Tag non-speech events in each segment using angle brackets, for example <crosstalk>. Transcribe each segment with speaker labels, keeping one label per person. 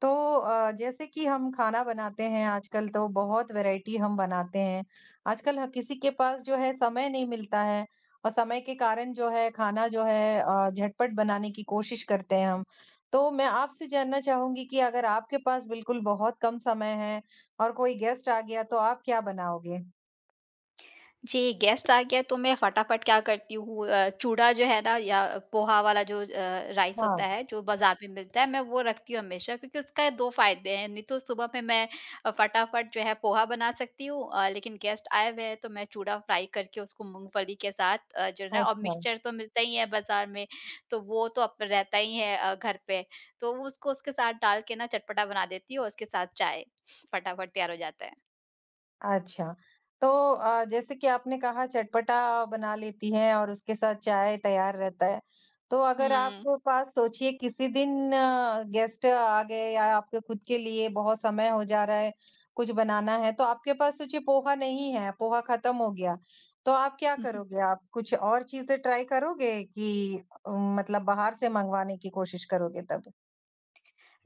Speaker 1: तो जैसे कि हम खाना बनाते हैं आजकल तो बहुत वैरायटी हम बनाते हैं। आजकल ह किसी के पास जो है समय नहीं मिलता है। और समय के कारण जो है खाना जो है झटपट बनाने की कोशिश करते हैं हम। तो मैं आपसे जानना चाहूँगी कि अगर आपके पास बिल्कुल बहुत कम समय है और कोई गेस्ट आ गया तो आप क्या बनाओगे?
Speaker 2: जी, गेस्ट आ गया तो मैं फटाफट क्या करती हूँ चूड़ा जो है ना या पोहा वाला जो राइस
Speaker 1: हाँ,
Speaker 2: होता है, जो बाज़ार में मिलता है, मैं वो रखती हूँ हमेशा क्योंकि उसका 2 फ़ायदे हैं। नहीं तो सुबह में मैं फटाफट जो है पोहा बना सकती हूँ, लेकिन गेस्ट आए हुए हैं तो मैं चूड़ा फ्राई करके उसको मूँगफली के साथ, जो है ना और
Speaker 1: अच्छा।
Speaker 2: मिक्सचर तो मिलता ही है बाज़ार में, तो वो तो अब रहता ही है घर पे। तो उसको उसके साथ डाल के ना चटपटा बना देती हूँ और उसके साथ चाय, फटाफट तैयार हो जाता है।
Speaker 1: अच्छा। तो जैसे कि आपने कहा चटपटा बना लेती हैं और उसके साथ चाय तैयार रहता है। तो अगर
Speaker 2: हुँ।
Speaker 1: आपके पास सोचिए किसी दिन गेस्ट आ गए या आपके खुद के लिए बहुत समय हो जा रहा है, कुछ बनाना है, तो आपके पास सोचिए पोहा नहीं है, पोहा खत्म हो गया, तो आप क्या
Speaker 2: <laughs>
Speaker 1: करोगे? आप कुछ और चीज़ें ट्राई करोगे कि अ, मतलब बाहर से मँगवाने की कोशिश करोगे तब?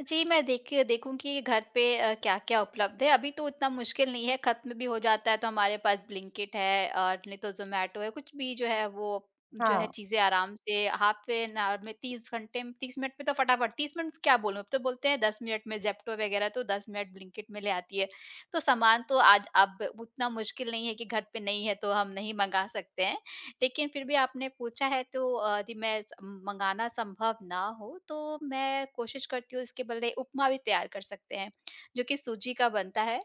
Speaker 2: जी, मैं देखिए देखूँगी घर पे, क्या-क्या उपलब्ध है, अभी तो इतना मुश्किल नहीं है, खत्म भी हो जाता है तो हमारे पास ब्लिंकिट है और नहीं तो ज़ोमैटो है, कुछ भी जो है वो जो है
Speaker 1: हाँ,
Speaker 2: चीज़ें आराम से हाफ एन आवर में 30 घंटे में 30 मिनट में तो फटाफट 30 मिनट क्या बोलूँ, अब तो बोलते हैं 10 मिनट में ज़ेप्टो वगैरह तो 10 मिनट ब्लिंकिट में ले आती है। तो सामान तो आज अब उतना मुश्किल नहीं है कि घर पे नहीं है तो हम नहीं मँगा सकते हैं। लेकिन फिर भी आपने पूछा है तो यदि मैं स मँगाना संभव ना हो, तो मैं कोशिश करती हूँ इसके बदले उपमा भी तैयार कर सकते हैं, जो कि सूजी का बनता है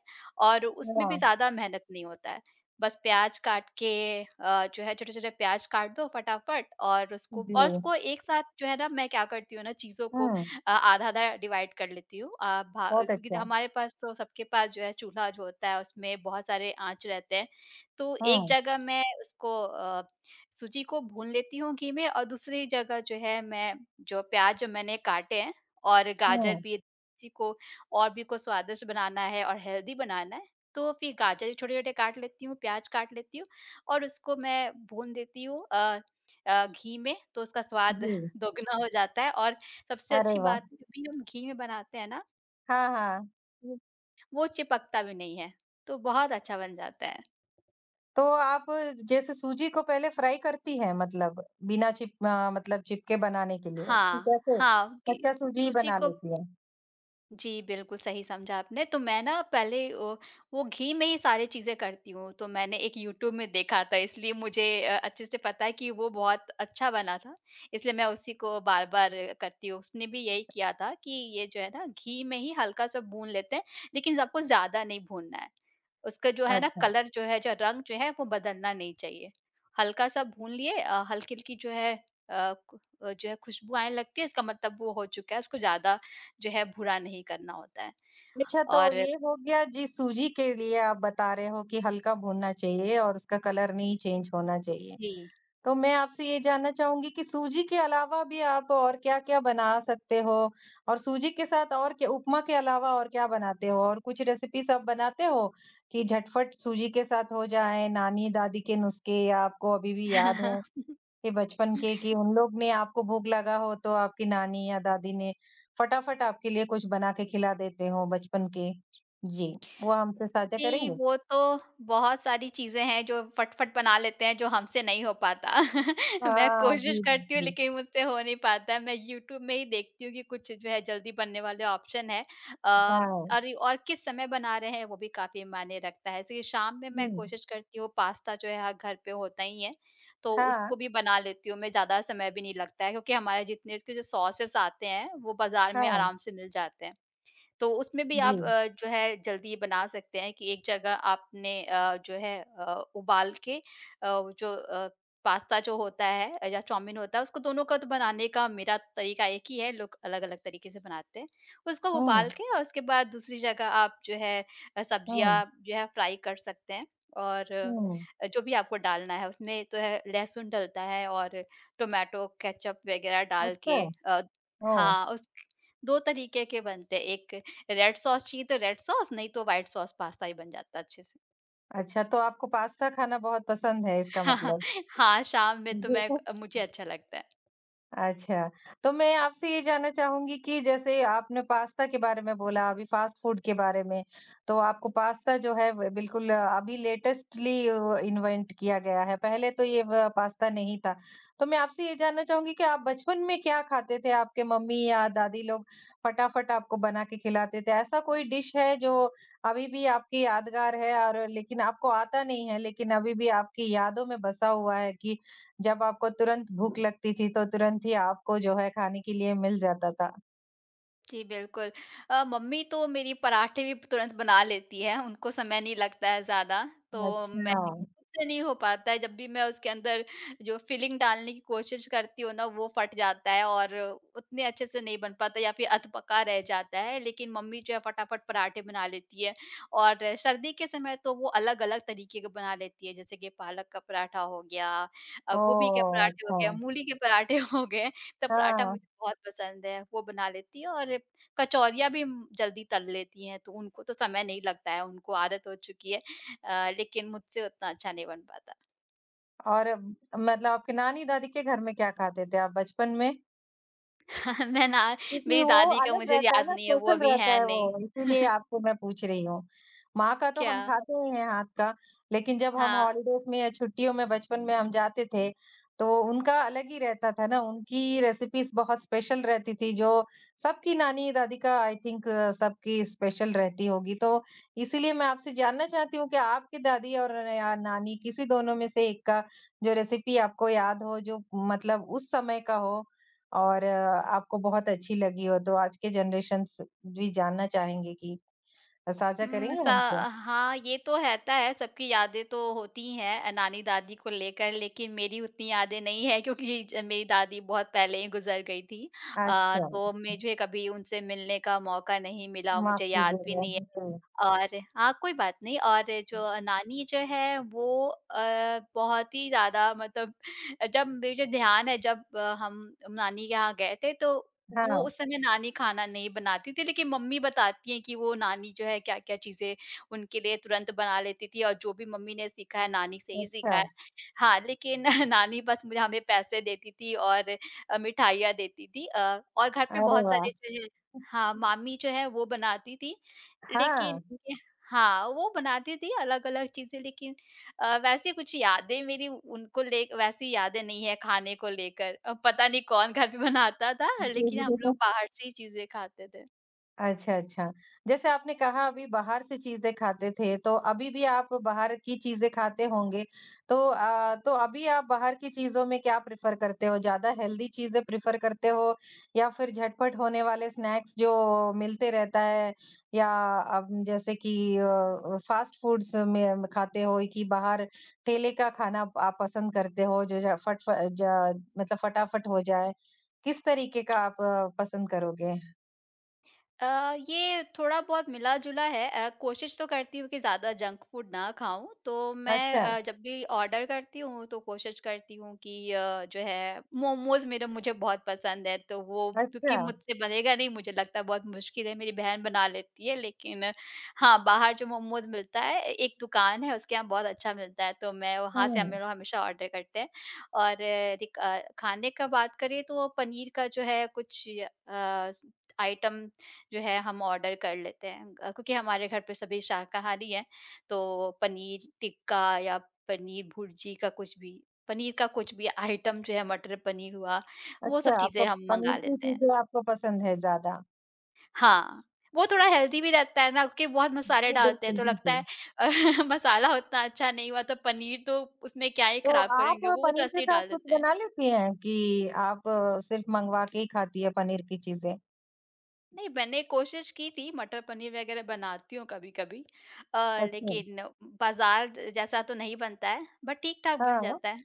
Speaker 2: और उसमें भी
Speaker 1: वाह!
Speaker 2: ज़्यादा मेहनत नहीं होता है। बस प्याज़ काट के जो है छोटे-छोटे प्याज़ काट दो फटाफट और उसको
Speaker 1: जी।
Speaker 2: और उसको एक साथ जो है ना मैं क्या करती हूँ ना चीज़ों को
Speaker 1: हुँ,
Speaker 2: आधा-आधा डिवाइड कर लेती हूँ। अ, भा
Speaker 1: बहुत
Speaker 2: क्योंकि
Speaker 1: अच्छा।
Speaker 2: हमारे पास तो सबके पास जो है चूल्हा जो होता है उसमें बहुत सारे आँच रहते हैं, तो एक
Speaker 1: हुँ,
Speaker 2: जगह मैं उसको सूजी को भून लेती हूँ घी में और दूसरी जगह जो है मैं जो प्याज़ जो मैंने काटे हैं और गाजर
Speaker 1: हुँ,
Speaker 2: भी इसी को और भी को स्वादिष्ट बनाना है और हेल्दी बनाना है, तो फिर गाजर भी छोटे-छोटे काट लेती हूँ, प्याज़ काट लेती हूँ और उसको मैं भून देती हूँ घी में तो उसका स्वाद
Speaker 1: जी।
Speaker 2: <laughs> दोगुना हो जाता है और सबसे
Speaker 1: अरे
Speaker 2: अच्छी
Speaker 1: वाह!
Speaker 2: बात है, जब भी हम घी में बनाते हैं ना,
Speaker 1: हाँ, हाँ।
Speaker 2: वो वो चिपकता भी नहीं है, तो बहुत अच्छा बन जाता है।
Speaker 1: तो आप जैसे सूजी को पहले फ्राई करती हैं मतलब बिना मतलब चिपके बनाने के लिए कि
Speaker 2: हाँ,
Speaker 1: कैसे?
Speaker 2: हाँ, कि
Speaker 1: कच्चा सूजी ही
Speaker 2: सूजी
Speaker 1: बना
Speaker 2: को
Speaker 1: लेती हैं?
Speaker 2: जी, बिल्कुल सही समझा आपने। तो मैं ना पहले, वो घी में ही सारी चीज़ें करती हूँ, तो मैंने एक यूट्यूब में देखा था इसलिए मुझे अच्छे से पता है कि वो बहुत अच्छा बना था, इसलिए मैं उसी को बार-बार करती हूँ। उसने भी यही किया था कि ये जो है ना घी में ही हल्का-सा भून लेते हैं, लेकिन आपको ज़्यादा नहीं भूनना है। उसका जो है ना
Speaker 1: अच्छा।
Speaker 2: कलर जो है जो रंग जो है वो बदलना नहीं चाहिए। हल्का-सा भून लिए, हल्की-हल्की जो है जो है खुशबू आने लगती है इसका मतलब वो हो चुका है, उसको ज़्यादा जो है बुरा नहीं करना होता है
Speaker 1: अच्छा तो
Speaker 2: और
Speaker 1: ये हो गया जिस सूजी के लिए आप बता रहे हो कि हल्का भूनना चाहिए और उसका कलर नहीं चेंज होना चाहिए।
Speaker 2: जी।
Speaker 1: तो मैं आपसे ये जानना चाहूँगी कि सूजी के अलावा भी आप और क्या-क्या बना सकते हो? और सूजी के साथ और क्या उपमा के अलावा और क्या बनाते हो? और कुछ रेसिपीज़ आप बनाते हो कि झटपट सूजी के साथ हो जाए, नानी-दादी के नुस्खे या आपको अभी भी याद हो
Speaker 2: <laughs>
Speaker 1: कि बचपन के कि उन लोग ने आपको भूख लगा हो तो आपकी नानी या दादी ने फटाफट आपके लिए कुछ बना के खिला देते हो बचपन के? जी, वो हमसे साझा
Speaker 2: जी,
Speaker 1: करेंगे?
Speaker 2: वो तो बहुत सारी चीज़ें हैं जो फट-फट बना लेते हैं, जो हमसे नहीं हो पाता। <laughs> मैं
Speaker 1: हाँ,
Speaker 2: कोशिश
Speaker 1: जी, जी,
Speaker 2: करती हूँ
Speaker 1: जी।
Speaker 2: लेकिन मुझसे हो नहीं पाता है। मैं यूट्यूब में ही देखती हूँ कि कुछ जो है जल्दी बनने वाले ऑप्शन हैं। अ,
Speaker 1: हाँ।
Speaker 2: अरे और किस समय बना रहे हैं वो भी काफ़ी मायने रखता है। जैसे शाम में मैं
Speaker 1: हुँ।
Speaker 2: कोशिश करती हूँ पास्ता जो है हर घर पे होता ही है, तो
Speaker 1: हाँ,
Speaker 2: उसको भी बना लेती हूँ मैं, ज़्यादा समय भी नहीं लगता है क्योंकि हमारे जितने इसके जो सॉसेस आते हैं, वो बाज़ार में
Speaker 1: हाँ।
Speaker 2: आराम से मिल जाते हैं। तो उसमें भी
Speaker 1: जी।
Speaker 2: आप जो है जल्दी बना सकते हैं कि एक जगह आपने जो है उबाल के, वो जो पास्ता जो होता है या चाउमीन होता है उसको दोनों का तो बनाने का मेरा तरीका एक ही है लोग अलग-अलग तरीके से बनाते हैं। उसको
Speaker 1: हुँ,
Speaker 2: उबाल के और उसके बाद दूसरी जगह आप जो है
Speaker 1: हुँ,
Speaker 2: सब्जियाँ जो है फ्राई कर सकते हैं और
Speaker 1: हुँ।
Speaker 2: जो भी आपको डालना है उसमें तो है लहसुन डलता है और टोमेटो केचअप वगैरह डाल
Speaker 1: अच्छा,
Speaker 2: के
Speaker 1: ओह!
Speaker 2: हाँ, उस 2 तरीके के बनते हैं। एक रेड सॉस चाहिए तो रेड सॉस, नहीं तो व्हाइट सॉस पास्ता ही बन जाता अच्छे से।
Speaker 1: अच्छा, तो आपको पास्ता खाना बहुत पसंद है इसका
Speaker 2: <laughs>
Speaker 1: मतलब।
Speaker 2: हाँ, शाम में तो
Speaker 1: जी।
Speaker 2: मैं मुझे अच्छा लगता है।
Speaker 1: अच्छा, तो मैं आपसे ये जानना चाहूँगी कि जैसे आपने पास्ता के बारे में बोला, अभी फ़ास्ट फ़ूड के बारे में, तो आपको पास्ता जो है व बिल्कुल अभी लेटेस्टली इन्वेंट किया गया है, पहले तो ये व पास्ता नहीं था। तो मैं आपसे ये जानना चाहूँगी कि आप बचपन में क्या खाते थे? आपके मम्मी या दादी लोग फटाफट आपको बना के खिलाते थे, ऐसा कोई डिश है जो अभी भी आपकी यादगार है और लेकिन आपको आता नहीं है, लेकिन अभी भी आपकी यादों में बसा हुआ है कि जब आपको तुरंत भूख लगती थी, तो तुरंत ही आपको जो है खाने के लिए मिल जाता था।
Speaker 2: जी, बिल्कुल। मम्मी तो मेरी पराठे भी तुरंत बना लेती हैं, उनको समय नहीं लगता है ज़्यादा, तो
Speaker 1: अच्छा।
Speaker 2: मैं
Speaker 1: हाँ।
Speaker 2: मुझसे नहीं हो पाता है, जब भी मैं उसके अंदर जो फिलिंग डालने की कोशिश करती हूँ ना, वो फट जाता है और उतने अच्छे से नहीं बन पाता या फिर अधपका रह जाता है, लेकिन मम्मी जो है फटाफट पराठे बना लेती है और सर्दी के समय तो वो अलग-अलग तरीके के बना लेती है, जैसे कि पालक का पराठा हो गया, गोभी के
Speaker 1: ओह!
Speaker 2: पराठे हो
Speaker 1: अच्छा।
Speaker 2: गए, मूली के पराठे हो गए तो पराठा
Speaker 1: हाँ,
Speaker 2: मुझे बहुत पसंद है, वो बना लेती हैं और कचौरियाँ भी जल्दी तल लेती हैं, तो उनको तो समय नहीं लगता है, उनको आदत हो चुकी है, लेकिन मुझसे उतना अच्छा नहीं बन पाता।
Speaker 1: और मतलब आपकी नानी-दादी के घर में क्या खाते थे आप बचपन में?
Speaker 2: <laughs> मैं ना
Speaker 1: क्योंकि
Speaker 2: मेरी
Speaker 1: वो
Speaker 2: दादी का
Speaker 1: अलग
Speaker 2: मुझे
Speaker 1: रहता है
Speaker 2: याद
Speaker 1: ना,
Speaker 2: नहीं है, वो
Speaker 1: स्पेशल
Speaker 2: अभी
Speaker 1: रहता
Speaker 2: हैं
Speaker 1: है
Speaker 2: नहीं।
Speaker 1: वो, इसीलिए
Speaker 2: <laughs>
Speaker 1: आपको मैं पूछ रही हूँ। माँ का तो
Speaker 2: क्या?
Speaker 1: हम खाते ही हैं हाथ का, लेकिन जब हम
Speaker 2: हाँ।
Speaker 1: हॉलिडेज़ में या छुट्टियों में बचपन में हम जाते थे, तो उनका अलग ही रहता था ना, उनकी रेसिपीज़ बहुत स्पेशल रहती थी, जो सबकी नानी-दादी का आई थिंक सबकी स्पेशल रहती होगी। तो इसीलिए मैं आपसे जानना चाहती हूँ कि आपकी दादी और या नानी किसी दोनों में से एक का जो रेसिपी आपको याद हो, जो मतलब उस समय का हो और आपको बहुत अच्छी लगी हो तो आज के जनरेशन्स भी जानना चाहेंगे कि साझा
Speaker 2: उम,
Speaker 1: करेंगे
Speaker 2: सा
Speaker 1: हमसे?
Speaker 2: हाँ, ये तो रहता है, सबकी यादें तो होती ही हैं, नानी-दादी को लेकर, लेकिन मेरी उतनी यादें नहीं हैं क्योंकि ज मेरी दादी बहुत पहले ही गुज़र गई थी।
Speaker 1: अच्छा,
Speaker 2: तो मुझे कभी उनसे मिलने का मौका नहीं मिला,
Speaker 1: माफ़
Speaker 2: मुझे याद भी
Speaker 1: कीजिएगा।
Speaker 2: नहीं है।
Speaker 1: <laughs>
Speaker 2: और हाँ, कोई बात नहीं और
Speaker 1: जी,
Speaker 2: जो नानी जो है वो बहुत ही ज़्यादा मतलब <laughs> जब मुझे ध्यान है जब हम नानी के यहाँ गए थे तो
Speaker 1: हाँ,
Speaker 2: वो उस समय नानी खाना नहीं बनाती थी लेकिन मम्मी बताती हैं कि वो नानी जो है क्या-क्या चीज़ें उनके लिए तुरंत बना लेती थी और जो भी मम्मी ने सीखा है नानी से ही
Speaker 1: अच्छा,
Speaker 2: सीखा है। हाँ, लेकिन <laughs> नानी बस मुझे हमें पैसे देती थी और मिठाइयाँ देती थी और घर पे
Speaker 1: अरे
Speaker 2: बहुत
Speaker 1: वाह!
Speaker 2: सारे जो है हाँ, मामी जो है वो बनाती थी लेकिन
Speaker 1: हाँ। <laughs>
Speaker 2: उनके हाँ, वो बनाती थी अलग-अलग चीज़ें लेकिन वैसी कुछ यादें मेरी उनको ले वैसी यादें नहीं है खाने को लेकर। अब पता नहीं कौन घर पे बनाता था,
Speaker 1: जी,
Speaker 2: लेकिन हम
Speaker 1: जी।
Speaker 2: लोग बाहर से ही चीज़ें खाते थे।
Speaker 1: अच्छा, अच्छा। जैसे आपने कहा अभी बाहर से चीज़ें खाते थे, तो अभी भी आप बाहर की चीज़ें खाते होंगे। तो अभी आप बाहर की चीज़ों में क्या प्रेफ़र करते हो? ज़्यादा हेल्दी चीज़ें प्रेफ़र करते हो या फिर झटपट होने वाले स्नैक्स जो मिलते रहता है या अब जैसे कि फ़ास्ट फ़ूड्स में खाते हो कि बाहर ठेले का खाना आप पसंद करते हो जो ज फट फ ज मतलब फटाफट हो जाए? किस तरीके का आप पसंद करोगे?
Speaker 2: अ, ये थोड़ा-बहुत मिला-जुला है, कोशिश तो करती हूँ कि ज़्यादा जंक फूड ना खाऊँ, तो मैं
Speaker 1: अच्छा।
Speaker 2: अ, जब भी ऑर्डर करती हूँ, तो कोशिश करती हूँ कि जो है मोमोज़ मेरा मुझे बहुत पसंद है, तो वो क्योंकि
Speaker 1: अच्छा,
Speaker 2: मुझसे बनेगा नहीं, मुझे लगता है बहुत मुश्किल है, मेरी बहन बना लेती है, लेकिन हाँ, बाहर जो मोमोज़ मिलता है, ए एक दुकान है, उसके यहाँ बहुत अच्छा मिलता है, तो मैं वहाँ से हम
Speaker 1: हुँ।
Speaker 2: लोग हमेशा ऑर्डर करते हैं और खाने का बात करें, तो पनीर का जो है कुछ अ, आइटम जो है हम ऑर्डर कर लेते हैं, क्योंकि हमारे घर पे सभी शाकाहारी हैं तो पनीर टिक्का या पनीर भुर्जी का कुछ भी पनीर का कुछ भी आइटम जो है मटर पनीर हुआ वो
Speaker 1: अच्छा,
Speaker 2: सब चीज़ें
Speaker 1: आपको
Speaker 2: हम मंगा
Speaker 1: पनीर की
Speaker 2: लेते हैं।
Speaker 1: चीज़ें आपको पसंद है ज़्यादा।
Speaker 2: हाँ, वो थोड़ा हेल्दी भी रहता है ना क्योंकि बहुत मसाले
Speaker 1: जी,
Speaker 2: डालते हैं
Speaker 1: बिल्कुल,
Speaker 2: तो लगता है
Speaker 1: बिल्कुल।
Speaker 2: <laughs> मसाला उतना अच्छा नहीं हुआ तो पनीर तो उसमें क्या ही
Speaker 1: तो
Speaker 2: खराब
Speaker 1: आप
Speaker 2: करेंगे, वो तो
Speaker 1: पनीर
Speaker 2: ऐसे
Speaker 1: के
Speaker 2: ही
Speaker 1: साथ
Speaker 2: डाल
Speaker 1: कुछ
Speaker 2: देते हैं।
Speaker 1: बना लेती हैं कि आप सिर्फ़ मँगवा के ही खाती हैं पनीर की चीज़ें?
Speaker 2: नहीं, मैंने कोशिश की थी, मटर पनीर वग़ैरह बनाती हूँ कभी-कभी,
Speaker 1: अच्छा।
Speaker 2: लेकिन बाज़ार जैसा तो नहीं बनता है, बट ठीक-ठाक बन
Speaker 1: हाँ।
Speaker 2: जाता है।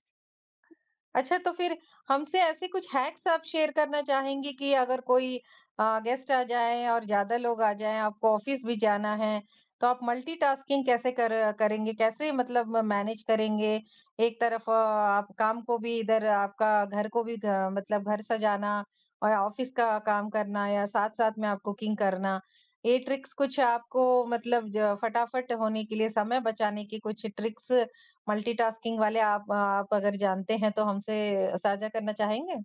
Speaker 1: अच्छा, तो फिर हमसे ऐसे कुछ हैक्स आप शेयर करना चाहेंगी कि अगर कोई गेस्ट आ जाए और ज़्यादा लोग आ जाएँ, आपको ऑफ़िस भी जाना है, तो आप मल्टीटास्किंग कैसे कर करेंगे? कैसे मतलब मैनेज करेंगे? एक तरफ आप काम को भी इधर आपका घर को भी घ मतलब घर सजाना और ऑफ़िस का काम करना या साथ-साथ में आप कुकिंग करना। ये ट्रिक्स कुछ आपको मतलब ज फटाफट होने के लिए, समय बचाने की कुछ ट्रिक्स मल्टीटास्किंग वाले आप अगर जानते हैं तो हमसे साझा करना चाहेंगे?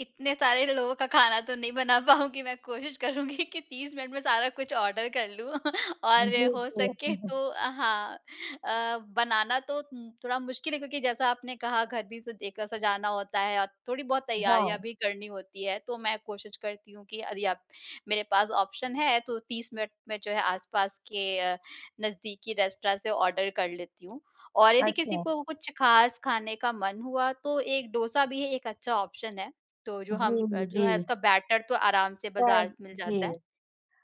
Speaker 2: इतने सारे लोगों का खाना तो नहीं बना पाऊँगी, मैं कोशिश करूँगी कि 30 मिनट में सारा कुछ ऑर्डर कर लूँ <laughs>
Speaker 1: जी,
Speaker 2: और हो
Speaker 1: जी।
Speaker 2: सके
Speaker 1: हुँ, हुँ।
Speaker 2: तो हाँ बनाना तो थोड़ा मुश्किल है क्योंकि जैसा आपने कहा घर भी तो देख सजाना होता है और थोड़ी बहुत
Speaker 1: हाँ,
Speaker 2: तैयारियाँ भी करनी होती है। तो मैं कोशिश करती हूँ कि यदि आप मेरे पास ऑप्शन है तो 30 मिनट में जो है आस-पास के नज़दीकी रेस्टोरेंट से ऑर्डर कर लेती हूँ। और यदि किसी
Speaker 1: अच्छा।
Speaker 2: को कुछ ख़ास खाने का मन हुआ तो एक डोसा भी एक अच्छा ऑप्शन है। तो जो
Speaker 1: जी,
Speaker 2: हम जो
Speaker 1: जी।
Speaker 2: है उसका बैटर तो आराम से बाज़ार
Speaker 1: शायद
Speaker 2: से मिल
Speaker 1: जी।
Speaker 2: जाता है,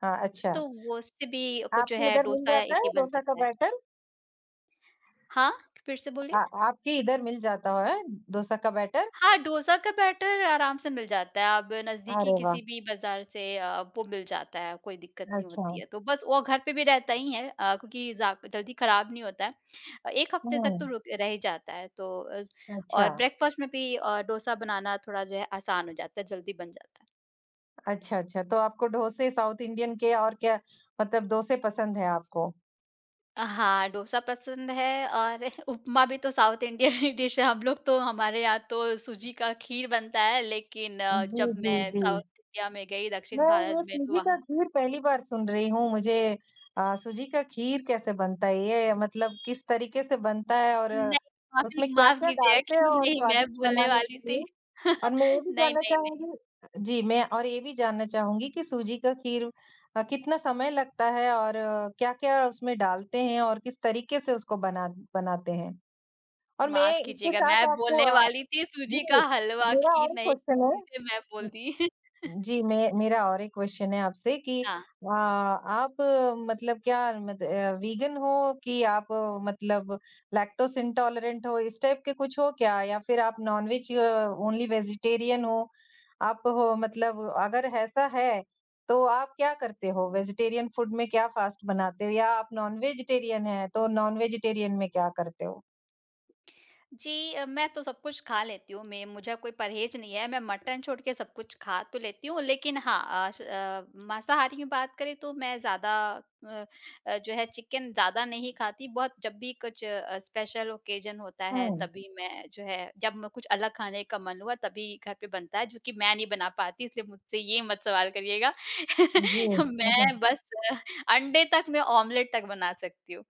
Speaker 1: हाँ, अच्छा।
Speaker 2: तो वो उससे भी कुछ जो
Speaker 1: आपके
Speaker 2: है
Speaker 1: इधर मिल
Speaker 2: डोसा या
Speaker 1: जाता
Speaker 2: इडली
Speaker 1: है
Speaker 2: बन
Speaker 1: डोसा का
Speaker 2: सकता है।
Speaker 1: बैटर?
Speaker 2: हाँ? फिर से बोलिए?
Speaker 1: आ आपके इधर मिल जाता है डोसा का बैटर?
Speaker 2: हाँ, डोसा का बैटर आराम से मिल जाता है, आप नज़दीकी
Speaker 1: अरे वाह!
Speaker 2: किसी भी बाज़ार से वो मिल जाता है, कोई दिक्कत नहीं
Speaker 1: अच्छा।
Speaker 2: होती है। तो बस वो घर पे भी रहता ही है, क्योंकि जा जल्दी खराब नहीं होता है। 1 हफ़्ते तक तो
Speaker 1: हुँ।
Speaker 2: रुक रह ही जाता है, तो
Speaker 1: अच्छा,
Speaker 2: और ब्रेकफ़ास्ट में भी डोसा बनाना थोड़ा जो है आसान हो जाता है, जल्दी बन जाता है।
Speaker 1: अच्छा, अच्छा। तो आपको डोसे साउथ इंडियन के और क्या मतलब डोसे पसंद हैं आपको?
Speaker 2: हाँ, डोसा पसंद है और <laughs> उपमा भी तो साउथ इंडियन <laughs> ही डिश है। हम लोग तो हमारे यहाँ तो सूजी का खीर बनता है, लेकिन
Speaker 1: जी,
Speaker 2: जब
Speaker 1: जी,
Speaker 2: मैं
Speaker 1: जी।
Speaker 2: साउथ इंडिया में गई, दक्षिण
Speaker 1: मैं
Speaker 2: भारत
Speaker 1: ये
Speaker 2: में तो
Speaker 1: सूजी का
Speaker 2: वहाँ
Speaker 1: खीर पहली बार सुन रही हूँ। मुझे सूजी का खीर कैसे बनता है? ये मतलब किस तरीके से बनता है और
Speaker 2: नहीं,
Speaker 1: उसमें
Speaker 2: माफ़ी माफ़
Speaker 1: क्या-क्या
Speaker 2: कीजिएगा,
Speaker 1: डालते हैं
Speaker 2: खीर
Speaker 1: और
Speaker 2: नहीं मैं
Speaker 1: स्वादिष्ट
Speaker 2: बोलने
Speaker 1: बनाने
Speaker 2: वाली
Speaker 1: के लिए?
Speaker 2: थी।
Speaker 1: और
Speaker 2: <laughs>
Speaker 1: मैं ये भी
Speaker 2: नहीं,
Speaker 1: जानना
Speaker 2: नहीं, नहीं,
Speaker 1: चाहूँगी जी, मैं और ये भी जानना चाहूँगी कि सूजी का खीर कितना समय लगता है और क्या-क्या उसमें डालते हैं और किस तरीके से उसको बना बनाते हैं? और
Speaker 2: माफ़
Speaker 1: मैं इसके
Speaker 2: कीजिएगा,
Speaker 1: साथ
Speaker 2: मैं
Speaker 1: आपको
Speaker 2: बोलने
Speaker 1: अ,
Speaker 2: वाली थी सूजी का
Speaker 1: जी,
Speaker 2: हलवा,
Speaker 1: मेरा
Speaker 2: खीर
Speaker 1: और एक
Speaker 2: नहीं,
Speaker 1: क्वेश्चन है।
Speaker 2: इसे मैं बोल दी।
Speaker 1: जी,
Speaker 2: <laughs>
Speaker 1: मैं मेरा और एक क्वेश्चन है आपसे कि
Speaker 2: हाँ।
Speaker 1: आप मतलब क्या मत अ, वीगन हो कि आप मतलब लैक्टोज़ इंटॉलरेंट हो, इस टाइप के कुछ हो क्या? या फिर आप नॉन-वेज ओनली वेजिटेरियन हो? आप हो मतलब अगर ऐसा है, तो आप क्या करते हो? वेजिटेरियन फूड में क्या फ़ास्ट बनाते हो? या आप नॉन-वेजिटेरियन हैं, तो नॉन-वेजिटेरियन में क्या करते हो?
Speaker 2: जी, मैं तो सब कुछ खा लेती हूँ, मैं मुझे कोई परहेज़ नहीं है, मैं मटन छोड़ के सब कुछ खा तो लेती हूँ। लेकिन हाँ, मांसाहारी में बात करें तो मैं ज़्यादा अ जो है चिकन ज़्यादा नहीं खाती, बहुत जब भी कुछ स्पेशल ओकेज़न होता है
Speaker 1: हुँ,
Speaker 2: तभी मैं जो है जब मैं कुछ अलग खाने का मन हुआ तभी घर पे बनता है, जो कि मैं नहीं बना पाती इसलिए मुझसे ये मत सवाल करिएगा।
Speaker 1: जी।
Speaker 2: <laughs>
Speaker 1: <laughs> हुँ, हुँ।
Speaker 2: मैं बस अंडे तक मैं ऑमलेट तक बना सकती हूँ।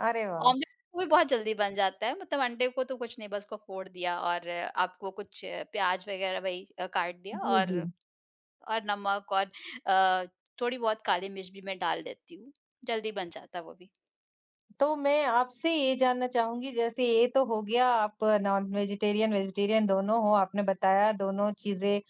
Speaker 1: अरे वाह!
Speaker 2: ऑमलेट वो भी बहुत जल्दी बन जाता है, मतलब अंडे को तो कुछ नहीं बस उसको फोड़ दिया और आपको कुछ प्याज़ वग़ैरह वही काट दिया
Speaker 1: जी, जी।
Speaker 2: और नमक और अ, थोड़ी बहुत काली मिर्च भी मैं डाल देती हूँ, जल्दी बन जाता है वो भी।
Speaker 1: तो मैं आपसे ये जानना चाहूँगी जैसे ये तो हो गया आप नॉन वेजिटेरियन वेजिटेरियन दोनों हो, आपने बताया दोनों चीज़ें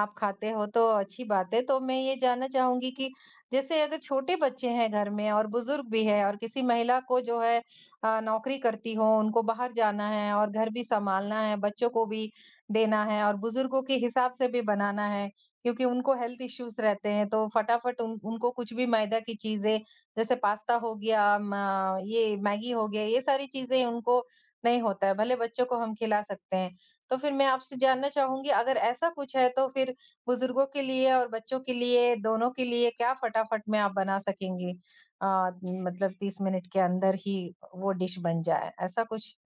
Speaker 1: आप खाते हो तो अच्छी बात है। तो मैं ये जानना चाहूँगी कि जैसे अगर छोटे बच्चे हैं घर में और बुज़ुर्ग भी है और किसी महिला को जो है नौकरी करती हो, उनको बाहर जाना है और घर भी सँभालना है, बच्चों को भी देना है और बुज़ुर्गों के हिसाब से भी बनाना है, क्योंकि उनको हेल्थ इश्यूज़ रहते हैं तो फटाफट उन उनको कुछ भी मैदा की चीज़ें जैसे पास्ता हो गया, म ये मैगी हो गया, ये सारी चीज़ें उनको नहीं होता है, भले बच्चों को हम खिला सकते हैं। तो फिर मैं आपसे जानना चाहूँगी अगर ऐसा कुछ है तो फिर बुज़ुर्गों के लिए और बच्चों के लिए, दोनों के लिए क्या फटाफट में आप बना सकेंगी? अ, मतलब 30 मिनट के अंदर ही वो डिश बन जाए, ऐसा कुछ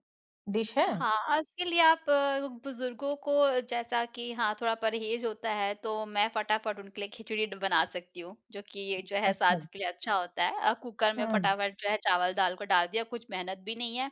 Speaker 1: डिश है?
Speaker 2: हाँ, उसके लिए आप बुज़ुर्गों को जैसा कि हाँ, थोड़ा परहेज़ होता है, तो मैं फटाफट उनके लिए खिचड़ी ड बना सकती हूँ, जो कि जो है
Speaker 1: अच्छा।
Speaker 2: स्वास्थ्य के लिए अच्छा होता है। कुकर में
Speaker 1: हुँ,
Speaker 2: फटाफट जो है चावल-दाल को डाल दिया, कुछ मेहनत भी नहीं है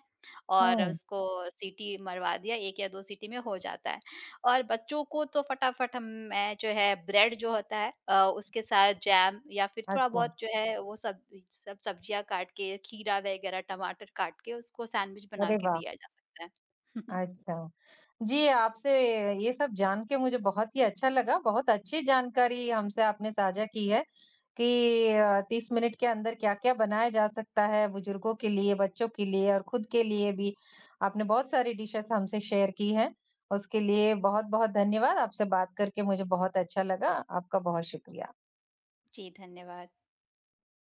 Speaker 2: और
Speaker 1: हुँ।
Speaker 2: उसको सीटी मरवा दिया, 1 या 2 सीटी में हो जाता है। और बच्चों को तो फटाफट हम मैं जो है ब्रेड जो होता है, उसके साथ जैम या फिर
Speaker 1: अच्छा,
Speaker 2: थोड़ा-बहुत जो है वो सब सब सब्जियाँ काट के, खीरा वगैरह, टमाटर काट के उसको सैंडविच बना
Speaker 1: अरे
Speaker 2: के
Speaker 1: वाह!
Speaker 2: दिया जा सकता है। <laughs>
Speaker 1: अच्छा। जी, आपसे ये सब जान के मुझे बहुत ही अच्छा लगा। बहुत अच्छी जानकारी हमसे आपने साझा की है कि 30 मिनट के अंदर क्या-क्या बनाया जा सकता है बुजुर्गों के लिए, बच्चों के लिए और खुद के लिए भी। आपने बहुत सारी डिशेज़ हमसे शेयर की हैं। उसके लिए बहुत-बहुत धन्यवाद। आपसे बात करके मुझे बहुत अच्छा लगा। आपका बहुत शुक्रिया।
Speaker 2: जी धन्यवाद